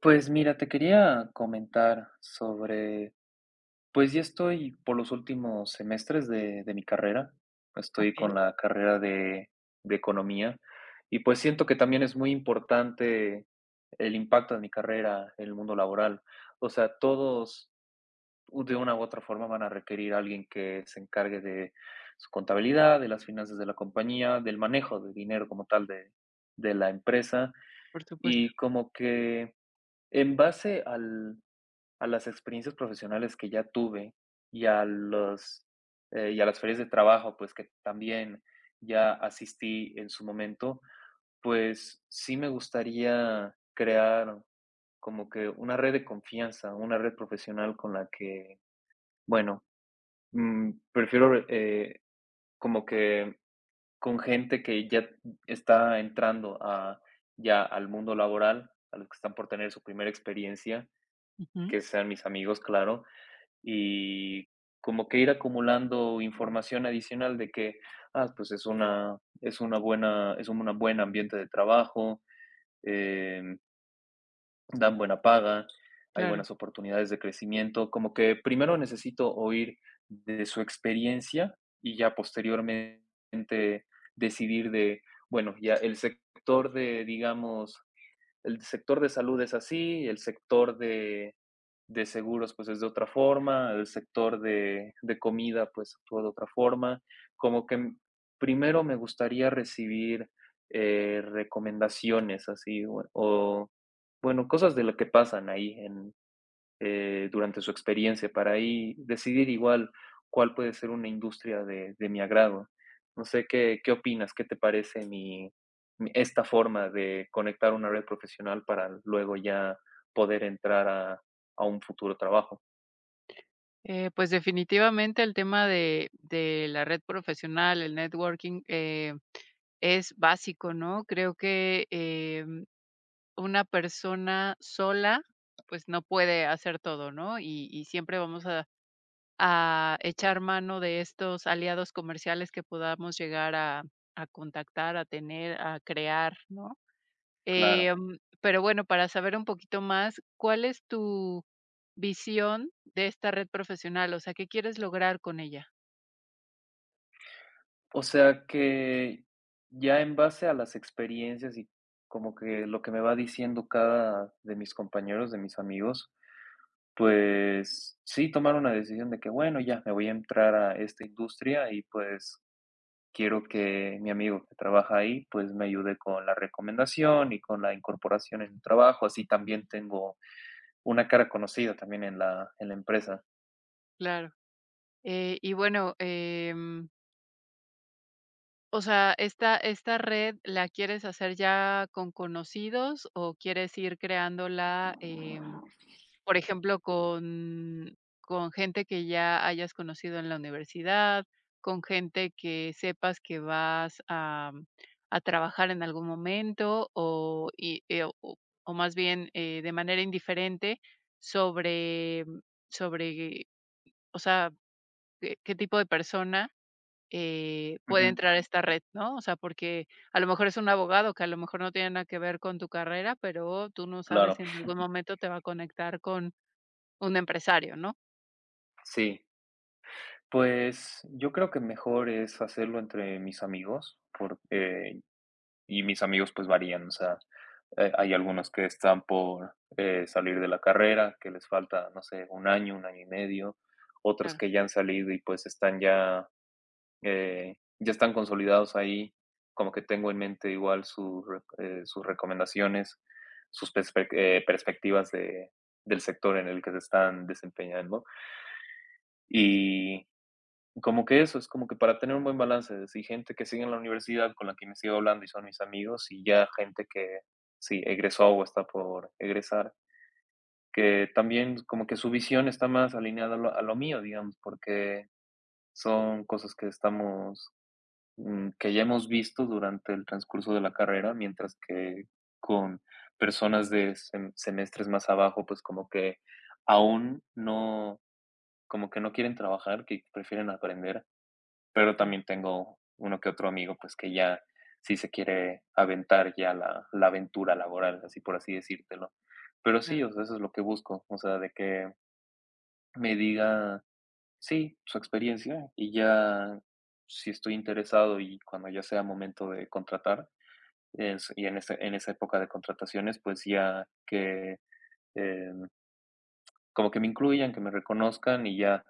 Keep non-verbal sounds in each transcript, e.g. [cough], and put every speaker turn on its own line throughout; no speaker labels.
Pues mira, te quería comentar pues ya estoy por los últimos semestres de mi carrera, estoy con
Okey.
la carrera de economía y pues siento que también es muy importante el impacto de mi carrera en el mundo laboral. O sea, todos de una u otra forma van a requerir a alguien que se encargue de su contabilidad, de las finanzas de la compañía, del manejo de dinero como tal de la empresa,
Por supuesto.
y como que en base al a las experiencias profesionales que ya tuve y a y a las ferias de trabajo, pues que también ya asistí en su momento. Pues sí me gustaría crear como que una red de confianza, una red profesional con la que, bueno, prefiero como que con gente que ya está ya al mundo laboral, a los que están por tener su primera experiencia,
Ujú,
que sean mis amigos, claro, y como que ir acumulando información adicional de que, ah, pues es una buena, es un una buen ambiente de trabajo, em, dan buena paga, hay
claro.
buenas oportunidades de crecimiento. Como que primero necesito oír de su experiencia y ya posteriormente decidir bueno, ya el sector de, digamos, el sector de salud es así, el sector de seguros pues es de otra forma, el sector de comida pues actúa de otra forma, como que primero me gustaría recibir recomendaciones así o, bueno, cosas de lo que pasan ahí durante su experiencia para ahí decidir igual cuál puede ser una industria de mi agrado. No sé qué opinas, qué te parece esta forma de conectar una red profesional para luego ya poder entrar a un futuro trabajo.
Definitivamente el tema de la red profesional, el networking, es básico, ¿no? Creo que em, una persona sola, pues, no puede hacer todo, ¿no? Y siempre vamos a echar mano de estos aliados comerciales que podamos llegar a contactar, a tener, a crear, ¿no?
Claro.
Pero bueno, para saber un poquito más, ¿cuál es tu visión de esta red profesional? O sea, ¿qué quieres lograr con ella?
O sea que ya en base a las experiencias y como que lo que me va diciendo cada de mis compañeros, de mis amigos, pues sí, tomar una decisión de que, bueno, ya me voy a entrar a esta industria y pues quiero que mi amigo que trabaja ahí, pues me ayude con la recomendación y con la incorporación en el trabajo, así también tengo una cara conocida también en la empresa.
Claro. Y bueno, em, o sea, ¿esta, esta red la quieres hacer ya con conocidos o quieres ir creándola? Por ejemplo, con gente que ya hayas conocido en la universidad, con gente que sepas que vas a trabajar en algún momento o más bien, de manera indiferente sobre sobre o sea, qué tipo de persona puede
Ujú,
entrar a esta red, ¿no? O sea, porque a lo mejor es un abogado que a lo mejor no tiene nada que ver con tu carrera, pero tú no sabes
claro,
si en algún momento te va a conectar con un empresario, ¿no?
sí. Pues yo creo que mejor es hacerlo entre mis amigos, porque... Y mis amigos, pues, varían, o sea, hay algunos que están por, salir de la carrera, que les falta, no sé, un año y medio, otros
Claro,
que ya han salido y, pues, están ya, ya están consolidados ahí, como que tengo en mente igual sus re sus recomendaciones, sus perspectivas de del sector en el que se están desempeñando. Y como que eso, es como que para tener un buen balance, de si gente que sigue en la universidad con la que me sigo hablando y son mis amigos, y ya gente que sí egresó o está por egresar, que también como que su visión está más alineada a lo mío, digamos, porque son cosas que estamos, que ya hemos visto durante el transcurso de la carrera, mientras que con personas de semestres más abajo, pues como que aún no, como que no quieren trabajar, que prefieren aprender, pero
claro,
también tengo uno que otro amigo, pues, que ya sí se quiere aventar ya la aventura laboral, así por así decírtelo. Pero
claro,
sí, o sea, eso es lo que busco, o sea, de que me diga, sí, su experiencia, y ya si estoy interesado y cuando ya sea momento de contratar, es y en ese en esa época de contrataciones, pues, ya que, eh, como que me incluyan, que me reconozcan y ya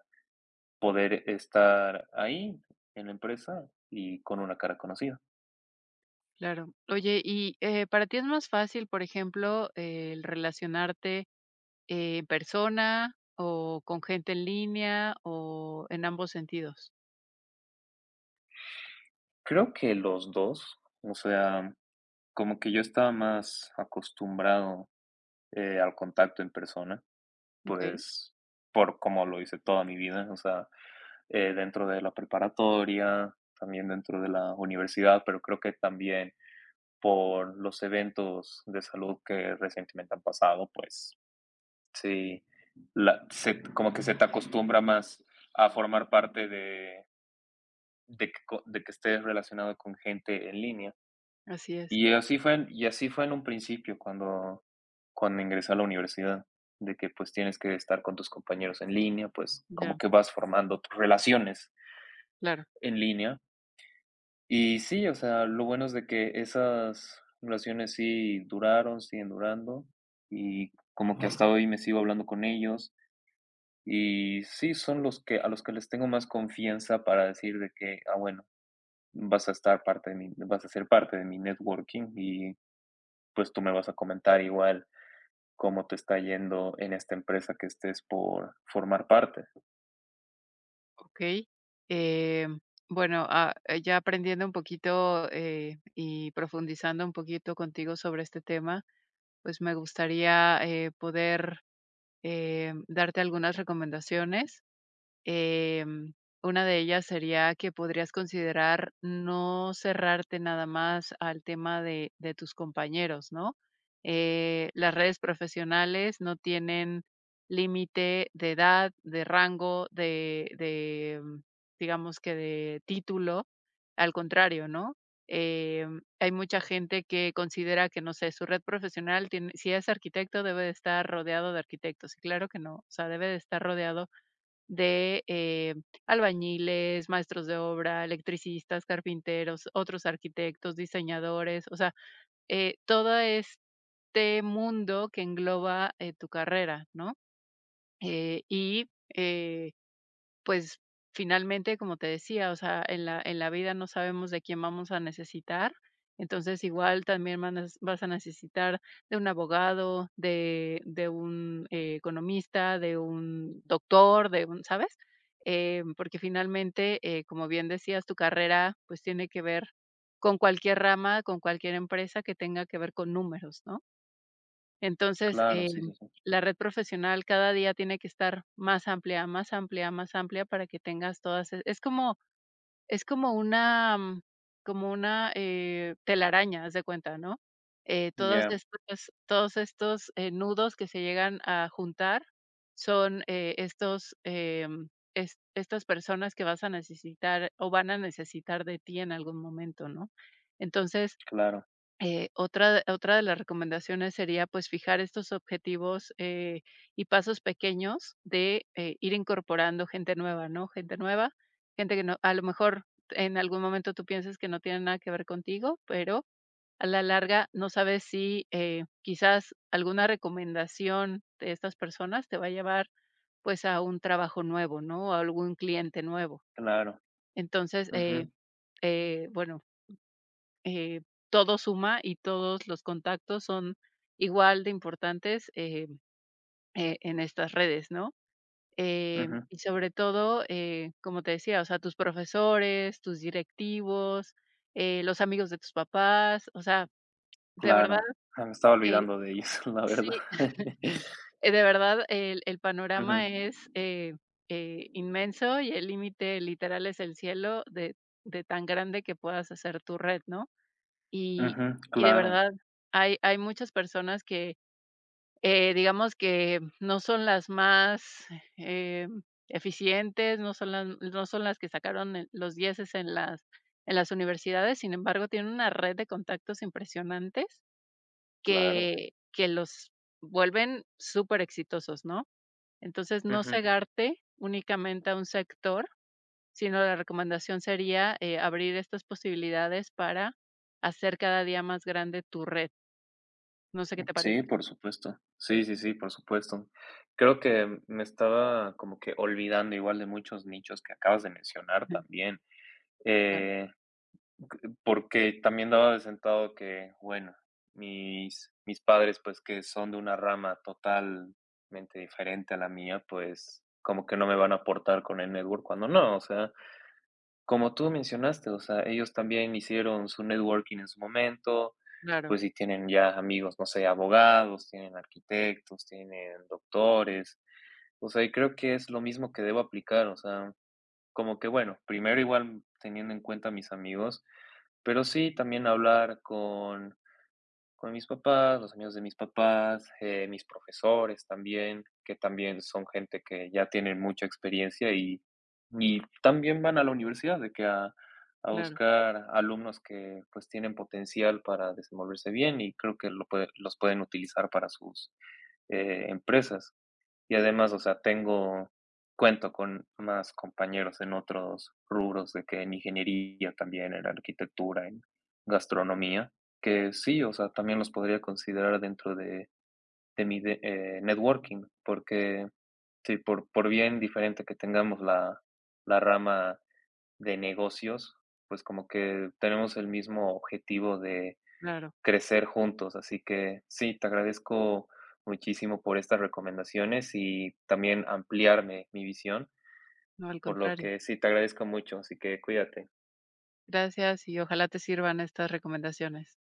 poder estar ahí en la empresa y con una cara conocida.
claro. Oye, y ¿para ti es más fácil, por ejemplo, el relacionarte en persona o con gente en línea o en ambos sentidos?
Creo que los 2, o sea, como que yo estaba más acostumbrado, al contacto en persona,
Okey,
pues, por cómo lo hice toda mi vida, o sea, dentro de la preparatoria, también dentro de la universidad, pero creo que también por los eventos de salud que recientemente han pasado, pues, sí, la se como que se te acostumbra más a formar parte de que co de que estés relacionado con gente en línea.
así es,
Y así fue en un principio cuando ingresé a la universidad, de que, pues, tienes que estar con tus compañeros en línea, pues, como
ya,
que vas formando tus relaciones
claro,
en línea. Y sí, o sea, lo bueno es de que esas relaciones sí duraron, siguen durando, y como que hasta hoy me sigo hablando con ellos. Y sí, son los que a los que les tengo más confianza para decir de que: "Ah, bueno, vas a ser parte de mi networking y, pues, tú me vas a comentar igual". Cómo te está yendo en esta empresa que estés por formar parte.
okey. Em, bueno, ya aprendiendo un poquito y profundizando un poquito contigo sobre este tema, pues, me gustaría poder em, darte algunas recomendaciones. Em, una de ellas sería que podrías considerar no cerrarte nada más al tema de tus compañeros, ¿no? Las redes profesionales no tienen límite de edad, de rango, de digamos que de título. Al contrario, ¿no? Em, hay mucha gente que considera que, no sé, su red profesional tiene, si es arquitecto, debe de estar rodeado de arquitectos. Y claro que no, o sea, debe de estar rodeado de albañiles, maestros de obra, electricistas, carpinteros, otros arquitectos, diseñadores, o sea, todo este mundo que engloba tu carrera, ¿no? Eh, y, eh pues, finalmente, como te decía, o sea, en la vida no sabemos de quién vamos a necesitar, entonces igual también manes vas a necesitar de un abogado, de un economista, de un doctor, de un, ¿sabes? Em, porque finalmente, como bien decías, tu carrera, pues, tiene que ver con cualquier rama, con cualquier empresa que tenga que ver con números, ¿no? Entonces,
Claro, sí,
em,
sí, sí.
la red profesional cada día tiene que estar más amplia, más amplia, más amplia para que tengas todas es como es como una, mm, como una telaraña, haz de cuenta, ¿no? Eh, todos
Ya,
estos todos estos, eh, nudos que se llegan a juntar son estos, em, es estas personas que vas a necesitar o van a necesitar de ti en algún momento, ¿no? Entonces
claro,
Otra de las recomendaciones sería, pues, fijar estos objetivos y pasos pequeños de ir incorporando gente nueva, ¿no? Gente nueva, gente que no a lo mejor en algún momento tú piensas que no tiene nada que ver contigo, pero a la larga no sabes si quizás alguna recomendación de estas personas te va a llevar, pues, a un trabajo nuevo, ¿no? A algún cliente nuevo.
claro.
Entonces, eh
Ujú,
eh, bueno, eh, Todo suma y todos los contactos son igual de importantes en estas redes, ¿no? Em,
ujú,
y sobre todo, como te decía, o sea, tus profesores, tus directivos, los amigos de tus papás, o sea, de verdad
claro. Ah, me estaba
que
olvidando de ellos, [laughs] la verdad.
sí,
[laughs]
[laughs] de verdad el
Ujú,
panorama es inmenso y el límite literal es el cielo de tan grande que puedas hacer tu red, ¿no? Y
ujú,
y de
claro,
verdad, hay muchas personas que digamos que no son las más em, eficientes, no son las que sacaron el los dieces en las universidades, sin embargo, tienen una red de contactos impresionantes
claro.
que los vuelven súper exitosos, ¿no? Entonces, no
Ujú.
cegarte únicamente a un sector, sino la recomendación sería abrir estas posibilidades para hacer cada día más grande tu red. No sé qué te parece.
Sí, por supuesto. Sí, sí, sí, por supuesto. Creo que me estaba como que olvidando igual de muchos nichos que acabas de mencionar
Ujú.
también.
Ah,
Eh... Porque también daba de sentado que, bueno, mis padres, pues, que son de una rama totalmente diferente a la mía, pues, como que no me van a aportar con el network cuando no, o sea, como tú mencionaste, o sea, ellos también hicieron su networking en su momento,
claro,
pues, si tienen ya amigos, no sé, abogados, tienen arquitectos, tienen doctores, o sea, y creo que es lo mismo que debo aplicar, o sea, como que, bueno, primero igual teniendo en cuenta a mis amigos, pero sí, también hablar con mis papás, los amigos de mis papás, mis profesores también, que también son gente que ya tienen mucha experiencia y también van a la universidad, de que a
claro,
buscar alumnos que, pues, tienen potencial para desenvolverse bien y creo que lo puede los pueden utilizar para empresas. Y además, o sea, tengo cuento con más compañeros en otros rubros, de que en ingeniería también, en arquitectura, en gastronomía, que sí, o sea, también los podría considerar dentro de mi de networking, porque sí, por bien diferente que tengamos la rama de negocios, pues como que tenemos el mismo objetivo de
claro.
crecer juntos. Así que sí, te agradezco muchísimo por estas recomendaciones y también ampliarme mi visión,
No, al
por lo
contrario.
que sí, te agradezco mucho, así que cuídate.
Gracias y ojalá te sirvan estas recomendaciones.